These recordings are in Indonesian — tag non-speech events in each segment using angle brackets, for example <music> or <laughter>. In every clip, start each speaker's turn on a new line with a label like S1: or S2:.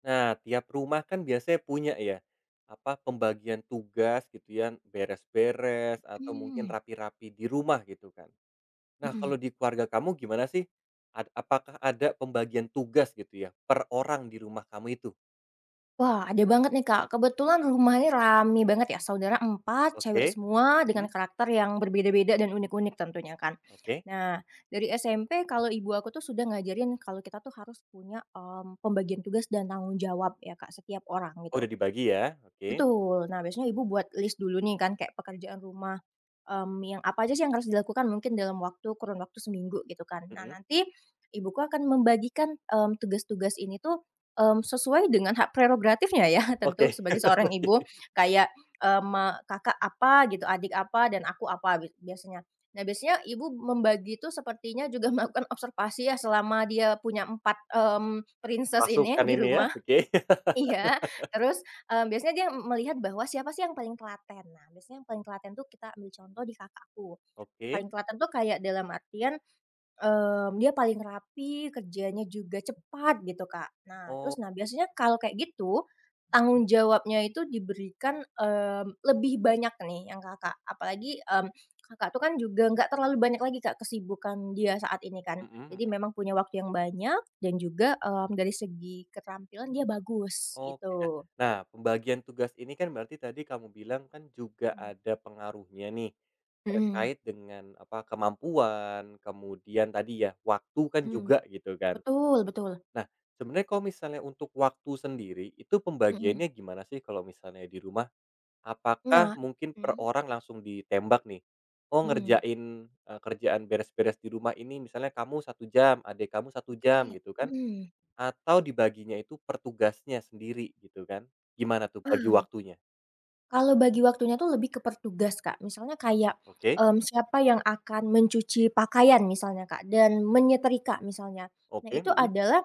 S1: Nah, tiap rumah kan biasanya punya ya, apa, pembagian tugas gitu ya, beres-beres atau mungkin
S2: Mmm,
S1: rapi-rapi di rumah gitu kan. Nah,
S2: mhm.
S1: kalau di keluarga kamu gimana sih? Apakah ada pembagian tugas gitu ya, per orang di rumah kamu itu?
S2: Wah, ada banget nih, Kak. Kebetulan rumahnya rame banget ya, saudara empat, cewek
S1: Oke,
S2: semua dengan
S1: mhm,
S2: karakter yang berbeda-beda dan unik-unik tentunya kan.
S1: oke.
S2: Nah, dari SMP kalau ibu aku tuh sudah ngajarin kalau kita tuh harus punya, pembagian tugas dan tanggung jawab ya, Kak, setiap orang
S1: Oh,
S2: gitu.
S1: udah dibagi ya? Oke,
S2: Betul. Nah, biasanya ibu buat list dulu nih kan kayak pekerjaan rumah, yang apa aja sih yang harus dilakukan mungkin dalam waktu kurun waktu seminggu gitu kan. Nah,
S1: mhm,
S2: nanti ibuku akan membagikan, tugas-tugas ini tuh, sesuai dengan hak prerogatifnya ya <laughs> tentu
S1: oke.
S2: sebagai
S1: <laughs>
S2: seorang ibu kayak, eee, me kakak apa gitu, adik apa, dan aku apa biasanya. Nah, biasanya ibu membagi itu sepertinya juga <laughs> melakukan observasi ya selama dia punya 4 princess ini
S1: Pasukan
S2: di
S1: ini ya,
S2: rumah.
S1: oke. <laughs>
S2: Iya, terus, biasanya dia melihat bahwa siapa sih yang paling telaten. Nah, biasanya yang paling telaten tuh kita ambil contoh di kakakku.
S1: Oke,
S2: Paling telaten tuh kayak dalam artian, dia paling rapi, kerjanya juga cepat gitu, Kak. Nah, terus
S1: oh,
S2: nah biasanya kalau kayak gitu, tanggung jawabnya itu diberikan, lebih banyak nih yang Kakak. Apalagi, Kakak tuh kan juga nggak terlalu banyak lagi, Kak, kesibukan dia saat ini kan.
S1: mhm.
S2: Jadi memang punya waktu yang banyak dan juga, dari segi keterampilan dia bagus
S1: Oke, ah,
S2: gitu.
S1: nah pembagian tugas ini kan berarti tadi kamu bilang kan juga
S2: Mmm.
S1: ada pengaruhnya nih,
S2: Mhm
S1: terkait dengan apa, kemampuan, kemudian tadi ya waktu kan
S2: mhm.
S1: juga gitu kan.
S2: Betul, betul.
S1: Nah sebenarnya kalau misalnya untuk waktu sendiri itu
S2: Mhm.
S1: pembagiannya gimana sih kalau misalnya di rumah? Apakah
S2: Nah,
S1: mungkin per
S2: mhm
S1: orang langsung ditembak nih? Oh
S2: mhm.
S1: ngerjain, kerjaan beres-beres di rumah ini misalnya kamu satu jam, adik kamu satu jam
S2: Oke.
S1: gitu kan?
S2: Mhm.
S1: Atau dibaginya itu per tugasnya sendiri gitu kan? Gimana tuh bagi waktunya?
S2: Kalau bagi waktunya tuh lebih ke per tugas, Kak. Misalnya kayak,
S1: Oke
S2: siapa yang akan mencuci pakaian misalnya, Kak, dan menyetrika misalnya. Nah,
S1: oke,
S2: itu
S1: mhm
S2: adalah,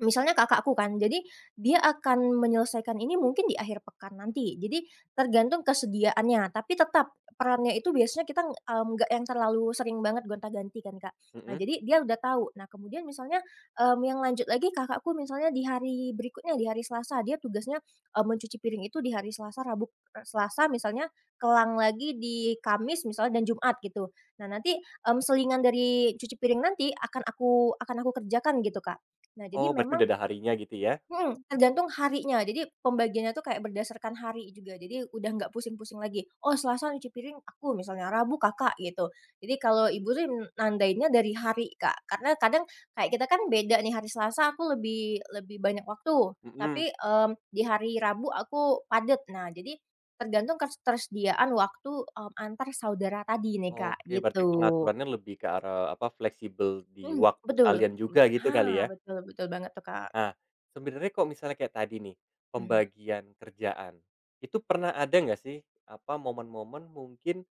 S2: misalnya kakakku kan, jadi dia akan menyelesaikan ini mungkin di akhir pekan nanti. Jadi tergantung kesediaannya, tapi tetap perannya itu biasanya kita, nggak yang terlalu sering banget gonta-ganti kan, Kak. Nah,
S1: mhm.
S2: jadi dia udah tahu. Nah, kemudian misalnya, yang lanjut lagi kakakku misalnya di hari berikutnya, di hari Selasa, dia tugasnya, mencuci piring itu di hari Selasa, Rabu, Selasa misalnya, kelang lagi di Kamis misalnya dan Jumat gitu. Nah, nanti, selingan dari cuci piring nanti akan aku kerjakan gitu, Kak. Nah, jadi
S1: Oh berarti udah
S2: memang
S1: ada harinya gitu ya?
S2: mhm, tergantung harinya. Jadi pembagiannya tuh kayak berdasarkan hari juga. Jadi udah nggak pusing-pusing lagi, "Oh, Selasa nyuci piring aku," misalnya, "Rabu Kakak," gitu. Jadi kalau ibu sih nandainnya dari hari, Kak. Karena kadang kayak kita kan beda nih, hari Selasa aku lebih lebih banyak waktu,
S1: Mhm.
S2: tapi, di hari Rabu aku padet. Nah, jadi tergantung ketersediaan waktu, antar saudara tadi nih, Kak,
S1: Oke berarti
S2: gitu.
S1: pengaturannya lebih ke arah, apa, fleksibel di
S2: Mhm,
S1: waktu
S2: betul.
S1: kalian juga gitu
S2: Ah,
S1: kali ya?
S2: betul, betul banget tuh, Kak.
S1: Nah, sebenarnya kok misalnya kayak tadi nih,
S2: Mhm.
S1: pembagian kerjaan, itu pernah ada nggak sih, apa, momen-momen mungkin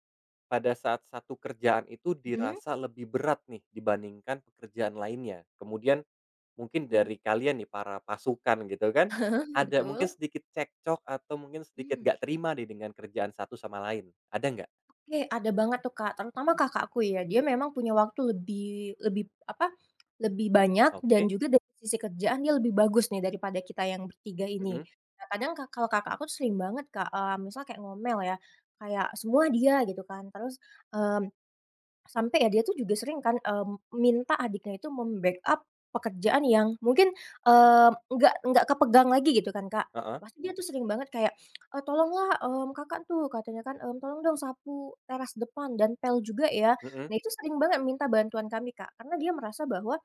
S1: pada saat satu kerjaan itu
S2: Mhm
S1: dirasa lebih berat nih dibandingkan pekerjaan lainnya? Kemudian mungkin
S2: mhm.
S1: dari kalian nih para pasukan gitu kan,
S2: <laughs>
S1: ada mungkin
S2: Betul.
S1: sedikit cekcok atau mungkin sedikit
S2: Mmm,
S1: nggak terima nih dengan kerjaan satu sama lain, ada nggak?
S2: oke, ada banget tuh, Kak, terutama kakakku ya, dia memang punya waktu lebih lebih apa, lebih banyak dan
S1: Oke,
S2: juga dari sisi kerjaan dia lebih bagus nih daripada kita yang bertiga ini.
S1: mhm,
S2: Nah, kadang kalau kakak aku tuh sering banget, Kak, misal kayak ngomel ya, kayak semua dia gitu kan, terus, mmm, sampai ya dia tuh juga sering kan, minta adiknya itu membackup pekerjaan yang mungkin, nggak kepegang lagi gitu kan, Kak.
S1: heeh,
S2: Pasti dia tuh sering banget kayak, "Tolonglah, Kakak tuh," katanya kan, "tolong dong sapu teras depan dan pel juga ya."
S1: mhm.
S2: Nah, itu sering banget minta bantuan kami, Kak, karena dia merasa bahwa,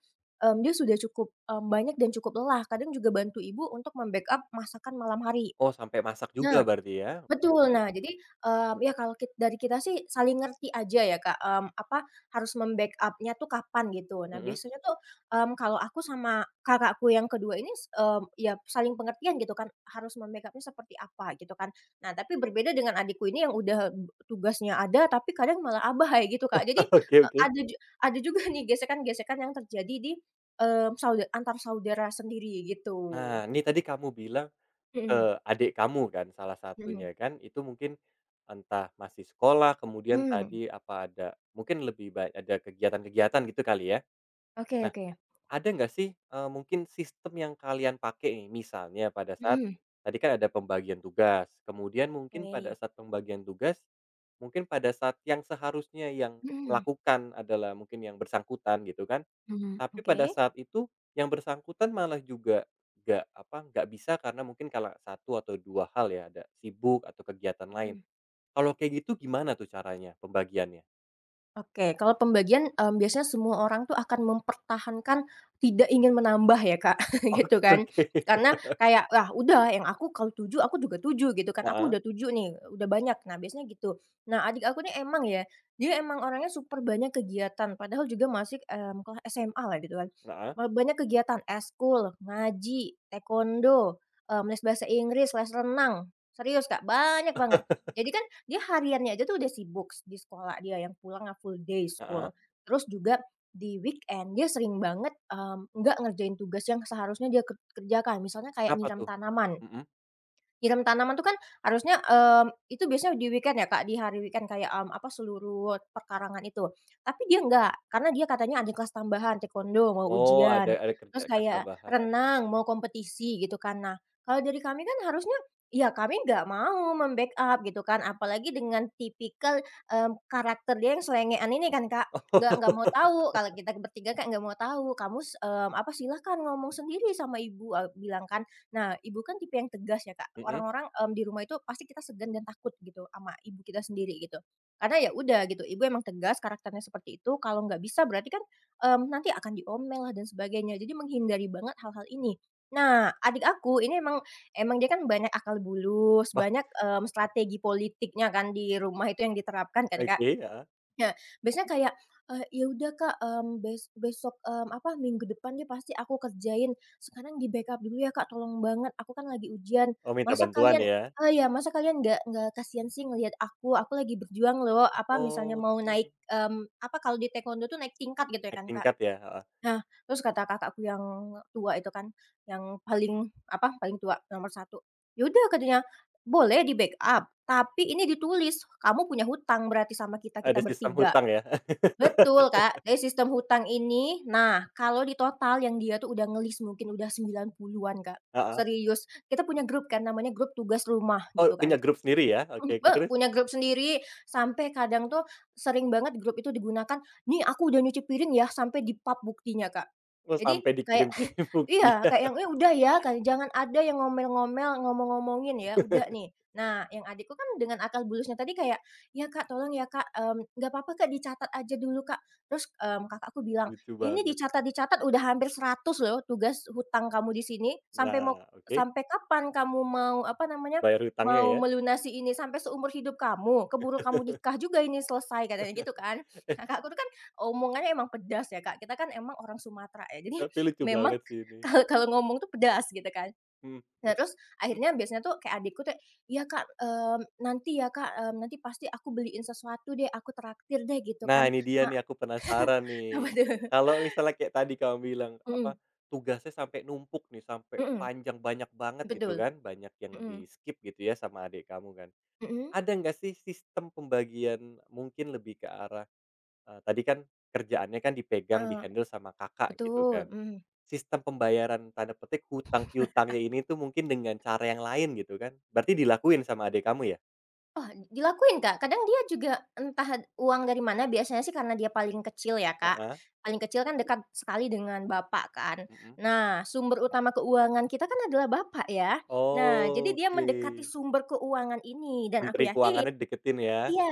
S2: dia sudah cukup, banyak dan cukup lelah. Kadang juga bantu ibu untuk membackup masakan malam hari.
S1: Oh sampai masak juga
S2: Nah,
S1: berarti ya? Oke
S2: betul.
S1: oke,
S2: Nah, jadi, ya kalau kit dari kita sih saling ngerti aja ya, Kak, apa, harus membackupnya tuh kapan gitu. Nah,
S1: mhm,
S2: biasanya tuh, kalau aku sama kakakku yang kedua ini ya saling pengertian gitu kan, harus membackupnya seperti apa gitu kan. Nah, tapi berbeda dengan adikku ini yang udah b tugasnya ada, tapi kadang malah abai gitu, Kak. Jadi,
S1: <laughs> oke
S2: eee,
S1: oke.
S2: ada ju ada juga nih gesekan-gesekan yang terjadi di, mmm, sauda antar saudara sendiri gitu.
S1: Nah ini tadi kamu bilang ke
S2: Mhm
S1: adik kamu kan salah satunya
S2: mhm
S1: kan, itu mungkin entah masih sekolah kemudian
S2: mhm.
S1: tadi apa ada mungkin lebih ba ada kegiatan-kegiatan gitu kali ya?
S2: Oke, oke.
S1: Ada nggak sih, mungkin sistem yang kalian pakai nih, misalnya pada saat
S2: Mhm.
S1: tadi kan ada pembagian tugas, kemudian mungkin pada
S2: Oke.
S1: saat pembagian tugas, mungkin pada saat yang seharusnya yang
S2: Mhm,
S1: melakukan adalah mungkin yang bersangkutan gitu kan,
S2: mhm.
S1: tapi
S2: Oke.
S1: pada saat itu yang bersangkutan malah juga nggak, apa, nggak bisa karena mungkin kalau satu atau 2 hal ya, ada sibuk atau kegiatan lain.
S2: Mhm.
S1: Kalau kayak gitu gimana tuh caranya pembagiannya?
S2: Oke, kalau pembagian, biasanya semua orang tuh akan mempertahankan tidak ingin menambah ya, Kak, <laughs>
S1: <laughs>
S2: gitu
S1: Oke
S2: kan.
S1: oke.
S2: Karena kayak, "Lah, udah yang aku kalau 7 aku juga 7," gitu kan, "Aku
S1: Heeh
S2: udah 7 nih, udah banyak." Nah, biasanya gitu. Nah, adik aku nih emang ya, dia emang orangnya super banyak kegiatan, padahal juga masih, kelas SMA lah gitu kan.
S1: heeh
S2: Banyak kegiatan, ekskul, ngaji, taekwondo, les bahasa Inggris, les renang. Serius, Kak, banyak banget. Jadi kan Dia hariannya aja tuh udah sibuk di sekolah dia yang pulang nggak full day
S1: heeh heeh.
S2: school. Terus juga di weekend dia sering banget, nggak ngerjain tugas yang seharusnya dia kerjakan, misalnya kayak
S1: Kenapa
S2: nyiram
S1: tuh?
S2: tanaman.
S1: Mhm.
S2: Nyiram tanaman tuh kan harusnya, itu biasanya di weekend ya, Kak, di hari weekend kayak, apa, seluruh perkarangan itu. Tapi dia enggak, karena dia katanya ada kelas tambahan taekwondo, mau
S1: Oh,
S2: ujian,
S1: ada
S2: terus
S1: kerjaan
S2: kayak
S1: tambahan.
S2: renang, mau kompetisi gitu kan. Nah, kalau dari kami kan harusnya ya kami nggak mau membackup gitu kan, apalagi dengan tipikal, karakter dia yang selengean ini kan, Kak. Nggak mau
S1: <laughs> Oh.
S2: tahu, kalau kita bertiga kan nggak mau tahu, "apa, silahkan ngomong sendiri sama ibu," aku bilang kan. Nah, ibu kan tipe yang tegas ya, Kak.
S1: Mhm,
S2: Orang-orang, di rumah itu pasti kita segan dan takut gitu sama ibu kita sendiri gitu. Karena ya udah gitu, ibu emang tegas karakternya seperti itu, kalau nggak bisa berarti kan, nanti akan diomel lah dan sebagainya, jadi menghindari banget hal-hal ini. Nah, adik aku ini emang emang dia kan banyak akal bulus,
S1: wah,
S2: banyak, strategi politiknya kan di rumah itu yang diterapkan kan,
S1: oke,
S2: Kak.
S1: heeh.
S2: Ya, biasanya kayak, "Ya udah Kak, besok, apa, minggu depan dia pasti aku kerjain. Sekarang di-backup dulu ya Kak, tolong banget, aku kan lagi ujian.
S1: Oh, minta
S2: Masa
S1: bantuan
S2: kalian"
S1: ya?
S2: "Masa kalian nggak kasihan sih ngelihat aku? Aku lagi berjuang loh," apa, misalnya mau
S1: Oke,
S2: naik, apa, kalau di taekwondo tuh naik tingkat gitu ya
S1: naik
S2: kan Kak.
S1: tingkat ya? Heeh.
S2: Nah, terus kata kakakku yang tua itu kan, yang paling, apa, paling tua, nomor satu, "Ya udah," katanya, "boleh di-backup, tapi ini ditulis, kamu punya hutang berarti sama kita,
S1: Ada
S2: kita
S1: sistem
S2: bertiga."
S1: hutang ya? <laughs>
S2: Betul, Kak, dari sistem hutang ini nah, kalau di total yang dia tuh udah ngelis mungkin udah 90-an, Kak,
S1: Heeh.
S2: serius. Kita punya grup kan namanya grup tugas rumah
S1: Oh,
S2: gitu kan.
S1: punya grup sendiri ya? Oke
S2: Mhm,
S1: oke,
S2: be
S1: terus?
S2: punya grup sendiri sampai kadang tuh sering banget grup itu digunakan, "Nih aku udah nyuci piring ya," sampai di pap buktinya, Kak.
S1: Oh,
S2: Jadi
S1: sampai
S2: kayak
S1: dikirim-kirim <laughs>
S2: Iya,
S1: buktian.
S2: kayak yang, "Eh, udah ya," kayak, "jangan ada yang ngomel-ngomel, ngomong-ngomongin ya, udah nih." Nah, yang adikku kan dengan akal bulusnya tadi kayak, "Ya, Kak, tolong ya, Kak, nggak apa-apa, Kak, dicatat aja dulu, Kak." Terus, kakakku bilang,
S1: Lucu
S2: "Ini
S1: banget.
S2: dicatat-dicatat udah hampir 100 loh tugas hutang kamu di sini,
S1: Nah, oke,
S2: sampai kapan kamu mau, apa namanya,
S1: bayar hutangnya
S2: mau
S1: ya?
S2: melunasi ini? Sampai seumur hidup kamu? Keburu kamu nikah
S1: <laughs>
S2: juga ini selesai," katanya gitu kan.
S1: Eh,
S2: Kakakku tuh kan omongannya emang pedas ya, Kak, kita kan emang orang Sumatera ya, jadi
S1: tapi lucu
S2: <laughs> memang
S1: banget sih ini.
S2: kalau kalau ngomong tuh pedas gitu kan.
S1: Mhm, eh
S2: Nah, terus
S1: mhm?
S2: akhirnya biasanya tuh kayak adikku tuh, "Iya Kak, nanti ya Kak, nanti pasti aku beliin sesuatu deh, aku traktir deh," gitu
S1: Nah,
S2: kan.
S1: ini dia
S2: Ma
S1: nih aku penasaran
S2: <laughs> apa
S1: nih.
S2: tuh?
S1: Kalau misalnya kayak tadi kamu bilang, apa,
S2: Mhm
S1: tugasnya sampai numpuk nih, sampai
S2: mhm,
S1: panjang banyak banget gitu
S2: betul,
S1: kan, banyak yang
S2: mhm
S1: di-skip gitu ya sama adik kamu kan.
S2: mhm,
S1: Ada nggak sih sistem pembagian mungkin lebih ke arah, tadi kan kerjaannya kan dipegang,
S2: heeh,
S1: dihandle sama Kakak gitu
S2: betul,
S1: kan.
S2: mhm.
S1: Sistem pembayaran tanda petik hutang piutangnya ini tuh mungkin dengan cara yang lain gitu kan. Berarti dilakuin sama adik kamu ya?
S2: Oh, dilakuin, Kak. Kadang dia juga entah uang dari mana, biasanya sih karena dia paling kecil ya, Kak.
S1: Heeh,
S2: Paling kecil kan dekat sekali dengan bapak kan.
S1: mhm.
S2: Nah, sumber utama keuangan kita kan adalah bapak ya. Nah, jadi dia
S1: Oke.
S2: mendekati sumber keuangan ini dan
S1: Menteri
S2: aku yakin,
S1: keuangannya deketin ya?
S2: iya,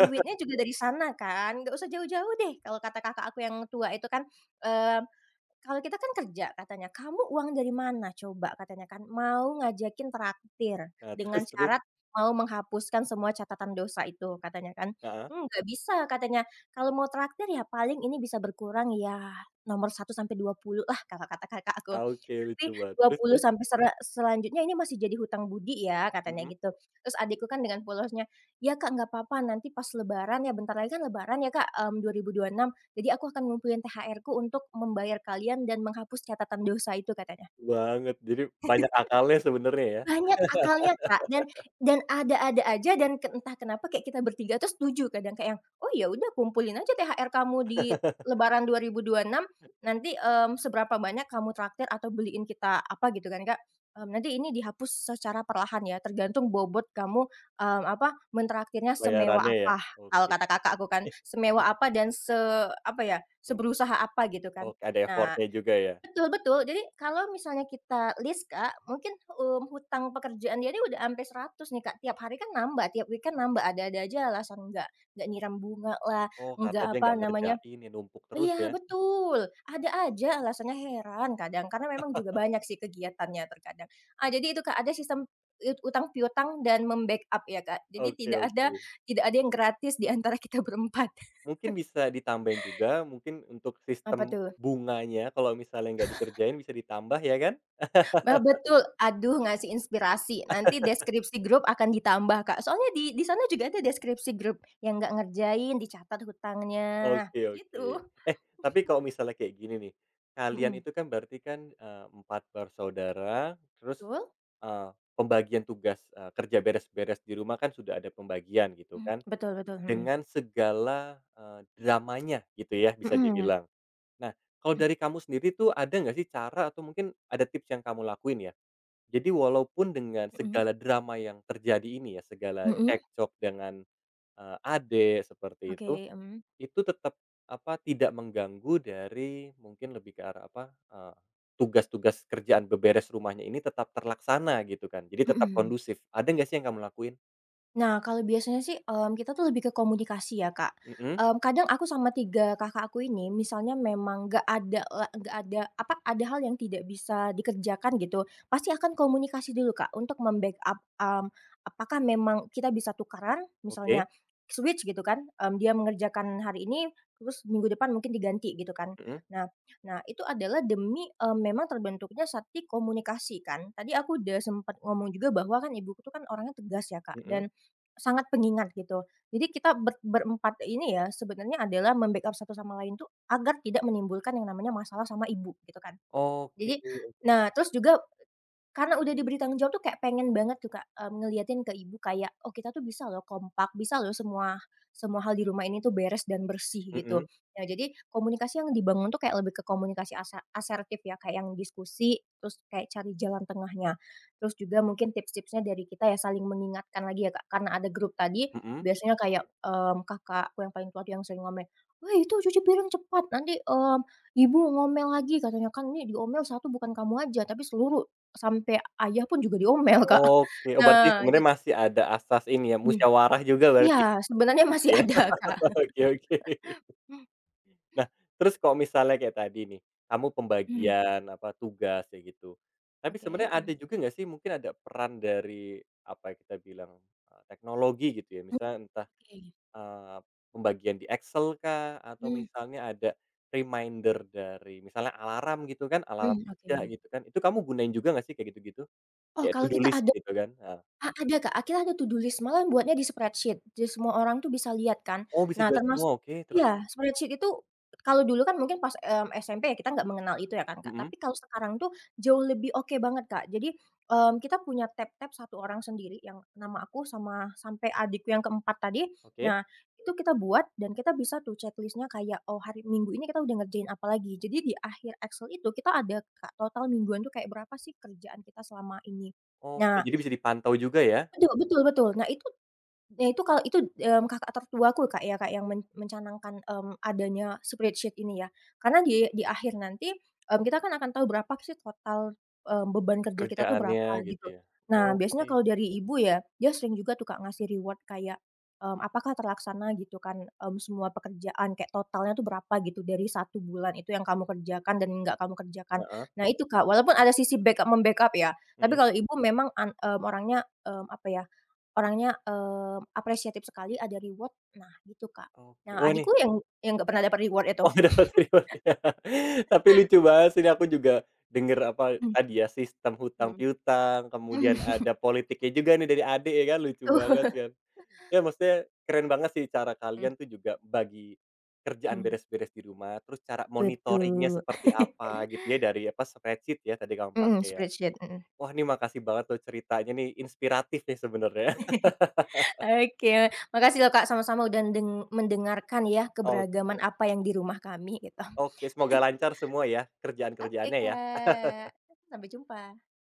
S2: duitnya juga dari sana kan, nggak usah jauh-jauh deh, kalau kata kakak aku yang tua itu kan, eee, "Kalau kita kan kerja," katanya, "kamu uang dari mana coba?" katanya kan, mau ngajakin traktir
S1: Nah, <laughs>
S2: dengan
S1: terus terus?
S2: syarat mau menghapuskan semua catatan dosa itu katanya kan,
S1: Heeh.
S2: " nggak bisa," katanya, "kalau mau traktir ya paling ini bisa berkurang ya nomor satu sampai 20 lah," kalau kata kakak aku,
S1: Ah, oke,
S2: "tapi
S1: lucu banget.
S2: dua
S1: Terus
S2: puluh
S1: terus?
S2: sampai selanjutnya ini masih jadi hutang budi ya," katanya
S1: Mhm.
S2: gitu. Terus adikku kan dengan polosnya, "Ya Kak, nggak apa-apa nanti pas lebaran," ya bentar lagi kan lebaran ya Kak, 2026, "Jadi aku akan ngumpulin THR-ku untuk membayar kalian dan menghapus catatan dosa itu," katanya.
S1: Banget, jadi banyak akalnya sebenarnya ya,
S2: Banyak akalnya, Kak, dan ada-ada aja dan ke entah kenapa kayak kita bertiga tuh setuju kadang kayak yang, "Oh ya udah kumpulin aja THR kamu di
S1: <laughs>
S2: lebaran 2026 nanti, seberapa banyak kamu traktir atau beliin kita apa," gitu kan, Kak, "nanti ini dihapus secara perlahan ya tergantung bobot kamu, apa, mentraktirnya semewah
S1: bayarannya ya?
S2: apa," kalau
S1: Oke.
S2: kata kakak aku kan,
S1: Eh, mmm,
S2: "semewah apa dan se" apa ya,
S1: mmm,
S2: "seberusaha apa," gitu kan.
S1: oke, ada
S2: Nah,
S1: effort-nya juga ya?
S2: betul, betul. Jadi kalau misalnya kita list, Kak, mungkin, hutang pekerjaan dia ini udah sampai 100 nih, Kak. Tiap hari kan nambah, tiap weekend nambah, ada-ada aja alasan nggak nyiram bunga lah,
S1: Oh, karena
S2: nggak
S1: dia
S2: apa
S1: nggak
S2: namanya
S1: ngerjain ya, numpuk terus
S2: iya,
S1: ya?
S2: betul. Ada aja alasannya, heran kadang. Karena memang juga banyak sih kegiatannya terkadang. Ah, jadi itu, Kak, ada sistem utang piutang dan membackup ya, Kak. Jadi
S1: Oke
S2: tidak ada
S1: oke.
S2: tidak ada yang gratis di antara kita berempat.
S1: Mungkin bisa ditambahin juga, mungkin untuk
S2: <laughs> Apa
S1: sistem
S2: tuh?
S1: bunganya kalau misalnya nggak dikerjain bisa ditambah ya kan?
S2: Nah, betul. Aduh, ngasih inspirasi. Nanti deskripsi grup akan ditambah, Kak. Soalnya di sana juga ada deskripsi grup, yang nggak ngerjain dicatat hutangnya,
S1: Oke oke.
S2: gitu.
S1: Eh, tapi kalau misalnya kayak gini nih, kalian
S2: Mhm,
S1: itu kan berarti kan, 4 bersaudara, terus,
S2: betul?
S1: eee, pembagian tugas, kerja beres-beres di rumah kan sudah ada pembagian gitu
S2: Mhm,
S1: kan,
S2: betul betul, mhm.
S1: dengan segala, dramanya gitu ya bisa
S2: Mhm,
S1: dibilang. Nah, kalau dari kamu sendiri tuh ada nggak sih cara atau mungkin ada tips yang kamu lakuin ya? Jadi walaupun dengan
S2: mhm
S1: segala drama yang terjadi ini ya, segala
S2: mhm,
S1: cekcok dengan, adik seperti
S2: oke,
S1: itu tetap, apa, tidak mengganggu dari mungkin lebih ke arah, apa, eee, tugas-tugas kerjaan beberes rumahnya ini tetap terlaksana gitu kan, jadi tetap
S2: mhm.
S1: kondusif. Ada nggak sih yang kamu lakuin?
S2: Nah, kalau biasanya sih, kita tuh lebih ke komunikasi ya, Kak.
S1: Mhm,
S2: Kadang aku sama 3 kakak aku ini misalnya memang nggak ada apa, ada hal yang tidak bisa dikerjakan gitu, pasti akan komunikasi dulu, Kak, untuk membackup apakah memang kita bisa tukaran, misalnya
S1: oke,
S2: switch gitu kan, dia mengerjakan hari ini, terus minggu depan mungkin diganti gitu kan.
S1: mhm
S2: Nah nah itu adalah demi, memang terbentuknya sati komunikasi kan. Tadi aku udah sempet ngomong juga bahwa kan ibuku tuh kan orangnya tegas ya, Kak,
S1: mhm,
S2: dan sangat pengingat gitu. Jadi kita berempat ini ya sebenarnya adalah membackup satu sama lain tuh agar tidak menimbulkan yang namanya masalah sama ibu gitu kan.
S1: oke,
S2: Jadi nah terus juga karena udah diberi tanggung jawab tuh kayak pengen banget tuh Kak, ngeliatin ke ibu kayak, "Oh kita tuh bisa loh kompak, bisa loh semua semua hal di rumah ini tuh beres dan bersih," gitu.
S1: mhm
S2: Nah jadi komunikasi yang dibangun tuh kayak lebih ke komunikasi asertif ya, kayak yang diskusi, terus kayak cari jalan tengahnya. Terus juga mungkin tips-tipsnya dari kita ya saling mengingatkan lagi ya Kak, karena ada grup tadi
S1: mhm,
S2: biasanya kayak, kakakku yang paling tua tuh yang sering ngomel, "Woi itu cuci piring cepat, nanti, ibu ngomel lagi," katanya, "kan ini diomel satu bukan kamu aja tapi seluruh sampai ayah pun juga diomel, Kak.
S1: oke. Oh berarti
S2: Nah,
S1: sebenarnya
S2: jad
S1: masih ada asas ini ya,
S2: mmm,
S1: musyawarah juga
S2: iya,
S1: berarti
S2: sebenarnya
S1: gitu
S2: masih
S1: ya?
S2: ada, Kak."
S1: <laughs> Oke oke. Nah, terus kalau misalnya kayak tadi nih, kamu
S2: Mhm,
S1: pembagian apa, tugas ya gitu. Tapi
S2: oke,
S1: sebenarnya
S2: mmm,
S1: ada juga nggak sih mungkin ada peran dari, apa ya kita bilang, teknologi gitu ya, misalnya entah,
S2: oke,
S1: eee, pembagian di Excel kah, atau
S2: mmm,
S1: misalnya ada reminder dari misalnya alarm gitu kan, alarm
S2: mhm,
S1: kerja
S2: oke.
S1: gitu kan, itu kamu gunain juga nggak sih kayak gitu-gitu?
S2: Oh,
S1: Kayak to
S2: kalau
S1: do
S2: kita
S1: list
S2: ada
S1: gitu kan? Heeh.
S2: Ada Kak, akhirnya ada to-do list, malah buatnya di spreadsheet, jadi semua orang tuh bisa lihat kan.
S1: Oh bisa
S2: Nah
S1: jelas
S2: termas
S1: semua, oke, terus?
S2: iya, spreadsheet itu kalau dulu kan mungkin pas, SMP ya kita nggak mengenal itu ya kan Kak,
S1: Mhm,
S2: tapi kalau sekarang tuh jauh lebih oke banget Kak. Jadi, kita punya tab-tab satu orang sendiri yang nama aku sama sampai adikku yang keempat tadi.
S1: oke.
S2: Nah, itu kita buat dan kita bisa tuh checklist-nya kayak, oh hari Minggu ini kita udah ngerjain apa lagi. Jadi di akhir Excel itu kita ada Kak, total mingguan tuh kayak berapa sih kerjaan kita selama ini. Nah
S1: Oke, jadi bisa dipantau juga ya
S2: betul betul betul. Nah itu kalau itu, kakak tertuaku Kak ya Kak yang mencanangkan, adanya spreadsheet ini ya. Karena di akhir nanti, kita kan akan tahu berapa sih total, beban kerja kita tuh
S1: kerjaannya
S2: berapa
S1: gitu
S2: gitu.
S1: ya?
S2: Nah
S1: Oke,
S2: biasanya kalau dari ibu ya, dia sering juga tuh Kak ngasih reward kayak, apakah terlaksana gitu kan, semua pekerjaan kayak totalnya tuh berapa gitu dari satu bulan itu yang kamu kerjakan dan nggak kamu kerjakan.
S1: heeh.
S2: Nah itu Kak, walaupun ada sisi backup, mem-backup ya, tapi
S1: Mhm,
S2: kalau ibu memang orangnya, apa ya orangnya, apresiatif sekali, ada reward, nah gitu, Kak.
S1: oke.
S2: Nah,
S1: Oh
S2: adikku
S1: ini,
S2: yang nggak pernah dapat reward
S1: <laughs>
S2: itu.
S1: oh dapat reward-nya. <laughs> Tapi lucu banget sih ini aku juga denger apa
S2: Mhm.
S1: tadi ya, sistem hutang
S2: Mhm.
S1: piutang,
S2: Mhm,
S1: kemudian ada politiknya juga nih dari adik ya kan, lucu banget
S2: betul.
S1: kan. Ya maksudnya keren banget sih cara
S2: Mhm.
S1: kalian tuh juga bagi kerjaan
S2: Mhm, <laughs>
S1: beres-beres di rumah, terus cara monitoringnya
S2: betul.
S1: seperti apa gitu ya dari apa, spreadsheet ya tadi kamu
S2: Mhm,
S1: pakai ya.
S2: spreadsheet, mhm.
S1: Wah ini makasih banget loh ceritanya nih, inspiratif nih sebenarnya. <laughs>
S2: Oke, makasih loh, Kak, sama-sama udah mendengarkan ya keberagaman
S1: Oke
S2: apa yang di rumah kami gitu.
S1: oke, semoga lancar semua ya
S2: Oke,
S1: kerjaan-kerjaannya ya.
S2: Kak. Sampai jumpa.